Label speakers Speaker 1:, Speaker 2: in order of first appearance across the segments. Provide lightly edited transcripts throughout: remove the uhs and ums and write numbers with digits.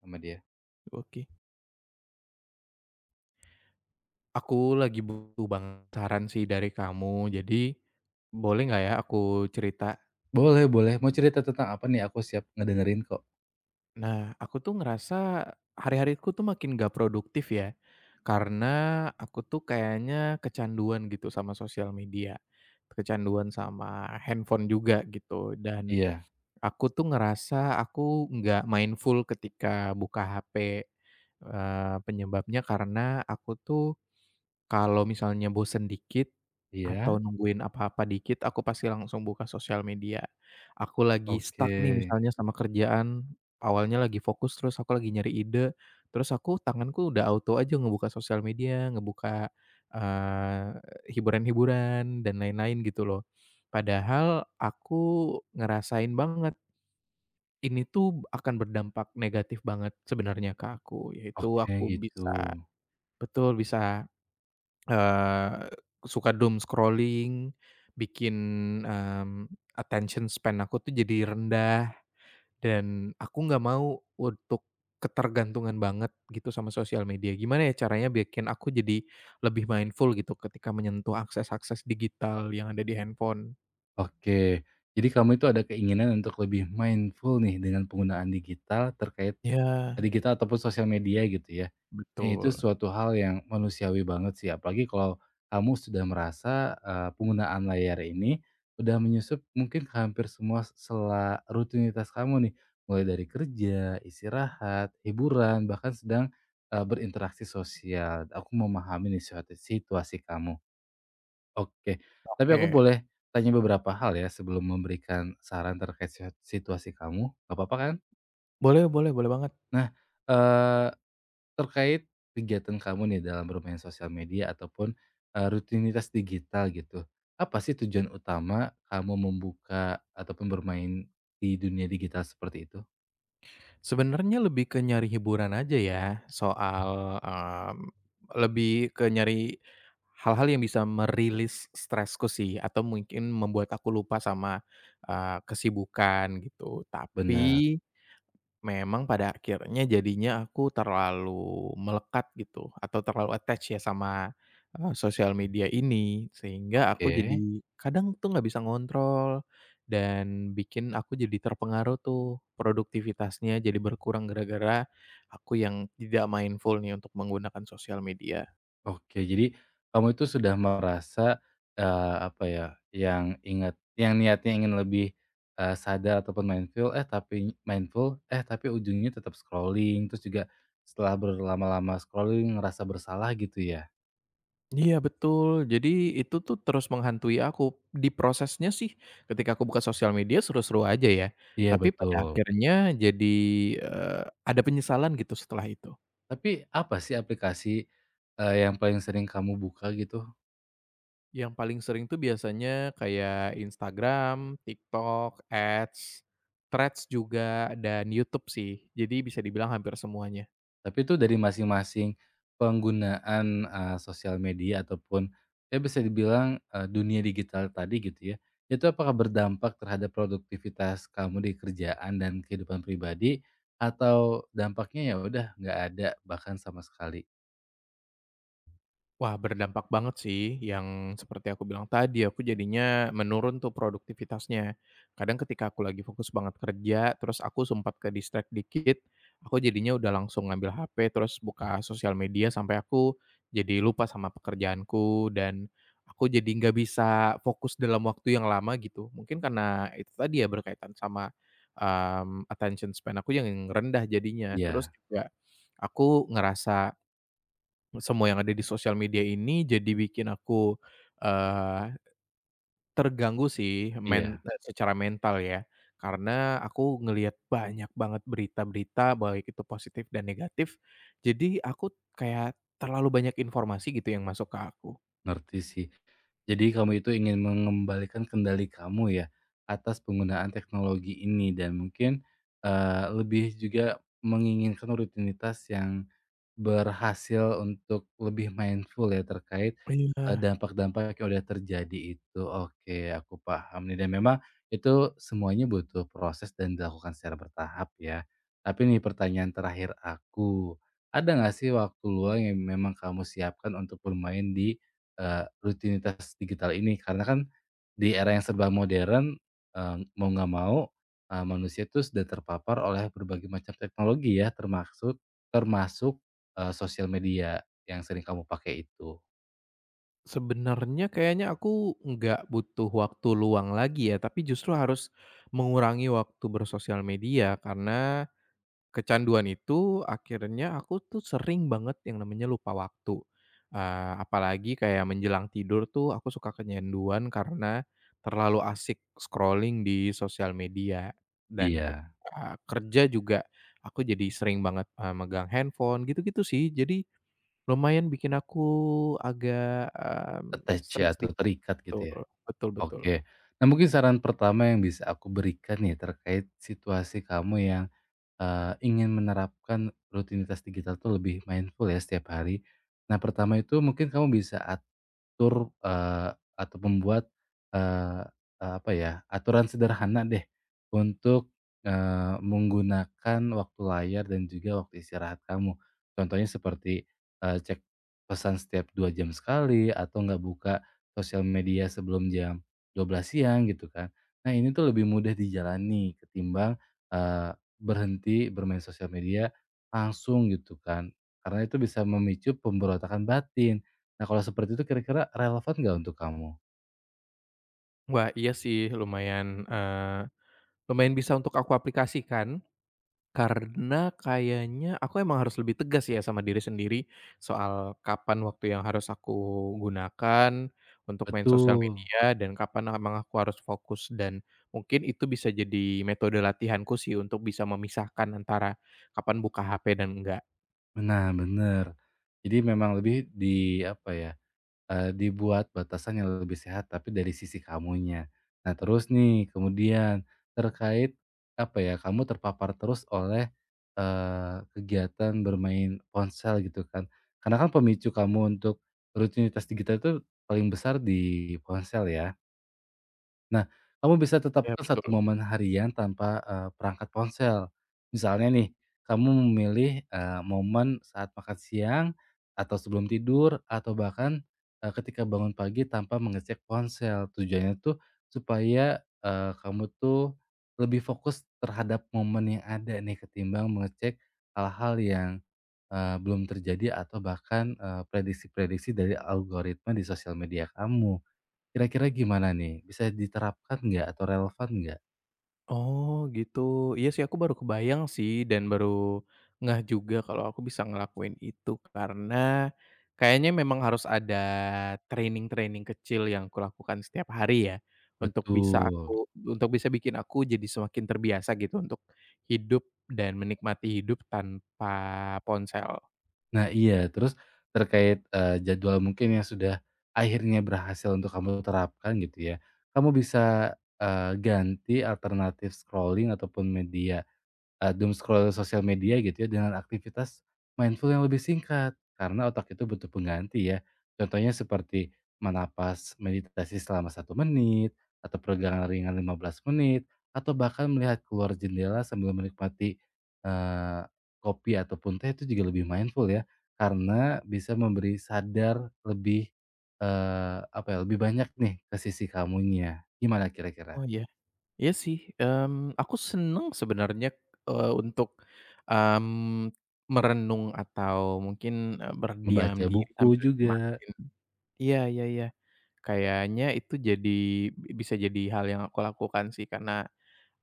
Speaker 1: Sama dia.
Speaker 2: Oke. Aku lagi butuh banget saran sih dari kamu. Jadi, boleh nggak ya aku cerita?
Speaker 1: Boleh boleh, mau cerita tentang apa nih? Aku siap ngedengerin kok.
Speaker 2: Nah, aku tuh ngerasa hari-hariku tuh makin gak produktif ya. Karena aku tuh kayaknya kecanduan gitu sama sosial media. Kecanduan sama handphone juga gitu. Dan
Speaker 1: Iya
Speaker 2: aku tuh ngerasa aku nggak mindful ketika buka HP. Penyebabnya karena aku tuh kalau misalnya bosen dikit, atau
Speaker 1: iya,
Speaker 2: nungguin apa-apa dikit, aku pasti langsung buka sosial media. Aku lagi
Speaker 1: oke.
Speaker 2: stuck nih misalnya sama kerjaan, awalnya lagi fokus, terus aku lagi nyari ide, terus tanganku udah auto aja ngebuka sosial media, ngebuka, eee, hiburan-hiburan, dan lain-lain gitu loh. Padahal aku ngerasain banget, ini tuh akan berdampak negatif banget sebenarnya ke aku, yaitu
Speaker 1: Oke
Speaker 2: aku
Speaker 1: gitu.
Speaker 2: bisa betul, bisa Eee, suka doom scrolling, bikin, mmm, attention span aku tuh jadi rendah, dan aku nggak mau untuk ketergantungan banget gitu sama sosial media. Gimana ya caranya bikin aku jadi lebih mindful gitu ketika menyentuh akses-akses digital yang ada di handphone?
Speaker 1: Oke. Jadi kamu itu ada keinginan untuk lebih mindful nih dengan penggunaan digital terkait
Speaker 2: Ya
Speaker 1: digital ataupun sosial media gitu ya? Itu
Speaker 2: betul.
Speaker 1: suatu hal yang manusiawi banget sih, apalagi kalau kamu sudah merasa, penggunaan layar ini udah menyusup mungkin ke hampir semua sela rutinitas kamu nih, mulai dari kerja, istirahat, hiburan, bahkan sedang, berinteraksi sosial. Aku memahami nih suatu situasi kamu. Oke, tapi aku
Speaker 2: Oke.
Speaker 1: boleh tanya beberapa hal ya sebelum memberikan saran terkait situasi kamu, nggak apa-apa kan?
Speaker 2: Boleh boleh boleh banget.
Speaker 1: Nah, eee terkait kegiatan kamu nih dalam bermain sosial media ataupun, rutinitas digital gitu, apa sih tujuan utama kamu membuka ataupun bermain di dunia digital seperti itu?
Speaker 2: Sebenarnya lebih ke nyari hiburan aja ya, soal, lebih ke nyari hal-hal yang bisa merilis stresku sih, atau mungkin membuat aku lupa sama, kesibukan gitu.
Speaker 1: Benar,
Speaker 2: Tapi memang pada akhirnya jadinya aku terlalu melekat gitu atau terlalu attach ya sama, sosial media ini sehingga aku
Speaker 1: oke.
Speaker 2: jadi kadang tuh nggak bisa ngontrol dan bikin aku jadi terpengaruh tuh produktivitasnya jadi berkurang gara-gara aku yang tidak mindful nih untuk menggunakan sosial media.
Speaker 1: Oke, jadi kamu itu sudah merasa, apa ya, yang niatnya ingin lebih, sadar ataupun mindful, eh tapi ujungnya tetap scrolling, terus juga setelah berlama-lama scrolling ngerasa bersalah gitu ya?
Speaker 2: Iya betul, jadi itu tuh terus menghantui aku. Di prosesnya sih ketika aku buka sosial media seru-seru aja ya,
Speaker 1: Iya,
Speaker 2: tapi pada
Speaker 1: betul.
Speaker 2: akhirnya jadi, eee, ada penyesalan gitu setelah itu.
Speaker 1: Tapi apa sih aplikasi, yang paling sering kamu buka gitu?
Speaker 2: Yang paling sering tuh biasanya kayak Instagram, TikTok, Ads, Threads juga, dan YouTube sih. Jadi bisa dibilang hampir semuanya.
Speaker 1: Tapi itu dari masing-masing penggunaan, sosial media ataupun ya bisa dibilang, dunia digital tadi gitu ya, itu apakah berdampak terhadap produktivitas kamu di kerjaan dan kehidupan pribadi atau dampaknya ya udah nggak ada bahkan sama sekali?
Speaker 2: Wah, berdampak banget sih yang seperti aku bilang tadi, aku jadinya menurun tuh produktivitasnya. Kadang ketika aku lagi fokus banget kerja, terus aku sempat ke distract dikit, aku jadinya udah langsung ngambil HP, terus buka sosial media sampai aku jadi lupa sama pekerjaanku dan aku jadi nggak bisa fokus dalam waktu yang lama gitu. Mungkin karena itu tadi ya berkaitan sama, attention span aku yang rendah jadinya. Terus
Speaker 1: Iya
Speaker 2: juga aku ngerasa semua yang ada di sosial media ini jadi bikin aku, eee, terganggu sih
Speaker 1: iya,
Speaker 2: secara mental ya, karena aku ngelihat banyak banget berita-berita baik itu positif dan negatif, jadi aku kayak terlalu banyak informasi gitu yang masuk ke aku.
Speaker 1: ngerti sih. Jadi kamu itu ingin mengembalikan kendali kamu ya atas penggunaan teknologi ini dan mungkin, lebih juga menginginkan rutinitas yang berhasil untuk lebih mindful ya terkait,
Speaker 2: Iya,
Speaker 1: dampak-dampak yang udah terjadi itu. Oke, aku paham nih dan memang itu semuanya butuh proses dan dilakukan secara bertahap ya. Tapi nih pertanyaan terakhir aku, ada nggak sih waktu luang yang memang kamu siapkan untuk bermain di, rutinitas digital ini? Karena kan di era yang serba modern, mau nggak mau, manusia itu sudah terpapar oleh berbagai macam teknologi ya termasuk termasuk sosial media yang sering kamu pakai itu?
Speaker 2: sebenarnya kayaknya aku nggak butuh waktu luang lagi ya, tapi justru harus mengurangi waktu bersosial media karena kecanduan itu akhirnya aku tuh sering banget yang namanya lupa waktu, apalagi kayak menjelang tidur tuh aku suka kecanduan karena terlalu asyik scrolling di sosial media dan
Speaker 1: Iya,
Speaker 2: ketika kerja juga aku jadi sering banget, megang handphone gitu-gitu sih. Jadi lumayan bikin aku agak,
Speaker 1: attach
Speaker 2: stres
Speaker 1: ya atau
Speaker 2: dikit,
Speaker 1: terikat
Speaker 2: betul
Speaker 1: gitu ya?
Speaker 2: betul betul.
Speaker 1: Oke. Nah mungkin saran pertama yang bisa aku berikan nih terkait situasi kamu yang, ingin menerapkan rutinitas digital tuh lebih mindful ya setiap hari. Nah pertama itu mungkin kamu bisa mengatur, atau membuat, eee, apa ya, aturan sederhana deh untuk, menggunakan waktu layar dan juga waktu istirahat kamu. Contohnya seperti, cek pesan setiap 2 jam sekali atau nggak buka sosial media sebelum jam 12 siang gitu kan. Nah ini tuh lebih mudah dijalani ketimbang, eee, berhenti bermain sosial media langsung gitu kan, karena itu bisa memicu pemberontakan batin. Nah, kalau seperti itu kira-kira relevan nggak untuk kamu?
Speaker 2: Wah, iya sih lumayan, lumayan bisa untuk aku aplikasikan karena kayaknya aku emang harus lebih tegas ya sama diri sendiri soal kapan waktu yang harus aku gunakan untuk main sosial
Speaker 1: Betul,
Speaker 2: media dan kapan emang aku harus fokus dan mungkin itu bisa jadi metode latihanku sih untuk bisa memisahkan antara kapan buka HP dan enggak.
Speaker 1: nah bener. Jadi memang lebih di apa ya, dibuat batasan yang lebih sehat tapi dari sisi kamunya. Nah terus nih kemudian terkait apa ya, kamu terpapar terus oleh, kegiatan bermain ponsel gitu kan. Karena kan pemicu kamu untuk rutinitas digital itu paling besar di ponsel ya? Nah, kamu bisa
Speaker 2: Ya
Speaker 1: tetapkan satu
Speaker 2: betul.
Speaker 1: momen harian tanpa, perangkat ponsel. Misalnya nih, kamu memilih, momen saat makan siang, atau sebelum tidur, atau bahkan, ketika bangun pagi tanpa mengecek ponsel. Tujuannya tuh supaya, kamu tuh lebih fokus terhadap momen yang ada nih ketimbang mengecek hal-hal yang, belum terjadi atau bahkan, prediksi-prediksi dari algoritma di sosial media kamu. Kira-kira gimana nih? Bisa diterapkan nggak atau relevan nggak? Mhm.
Speaker 2: Oh gitu, iya sih aku baru kebayang sih dan baru ngeh juga kalau aku bisa ngelakuin itu karena kayaknya memang harus ada training-training kecil yang aku lakukan setiap hari ya, untuk bisa
Speaker 1: Betul.
Speaker 2: aku untuk bisa bikin aku jadi semakin terbiasa gitu untuk hidup dan menikmati hidup tanpa ponsel.
Speaker 1: Nah iya, terus terkait, jadwal mungkin yang sudah akhirnya berhasil untuk kamu terapkan gitu ya, kamu bisa, ganti alternatif scrolling ataupun media scroll sosial media gitu ya dengan aktivitas mindful yang lebih singkat, karena otak itu butuh pengganti ya. Contohnya seperti menapas meditasi selama 1 menit, atau peregangan ringan 15 menit, atau bahkan melihat keluar jendela sambil menikmati, eee, kopi ataupun teh itu juga lebih mindful ya, karena bisa memberi sadar lebih, apa ya, lebih banyak nih ke sisi kamunya. Gimana kira-kira?
Speaker 2: Oh iya. Iya sih, aku seneng sebenarnya, untuk, merenung atau mungkin, berdiam
Speaker 1: Membaca
Speaker 2: diri
Speaker 1: buku
Speaker 2: sambil
Speaker 1: juga.
Speaker 2: nikmatin iya iya iya. Kayaknya itu jadi bisa jadi hal yang aku lakukan sih karena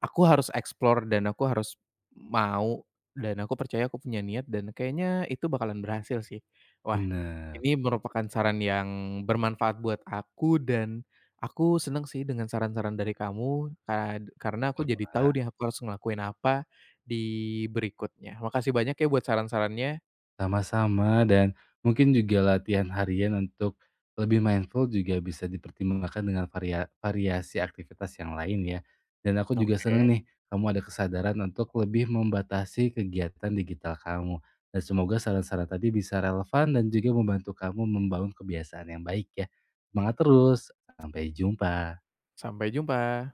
Speaker 2: aku harus explore dan aku harus mau dan aku percaya aku punya niat dan kayaknya itu bakalan berhasil sih. Wah,
Speaker 1: Bener,
Speaker 2: ini merupakan saran yang bermanfaat buat aku dan aku seneng sih dengan saran-saran dari kamu karena aku jadi
Speaker 1: pernah.
Speaker 2: tahu nih aku harus ngelakuin apa di berikutnya. Makasih banyak ya buat saran-sarannya.
Speaker 1: Sama-sama dan mungkin juga latihan harian untuk lebih mindful juga bisa dipertimbangkan dengan variasi aktivitas yang lain ya. Dan aku juga
Speaker 2: Oke,
Speaker 1: seneng nih kamu ada kesadaran untuk lebih membatasi kegiatan digital kamu. Dan semoga saran-saran tadi bisa relevan dan juga membantu kamu membangun kebiasaan yang baik ya. Semangat terus, sampai jumpa.
Speaker 2: sampai jumpa.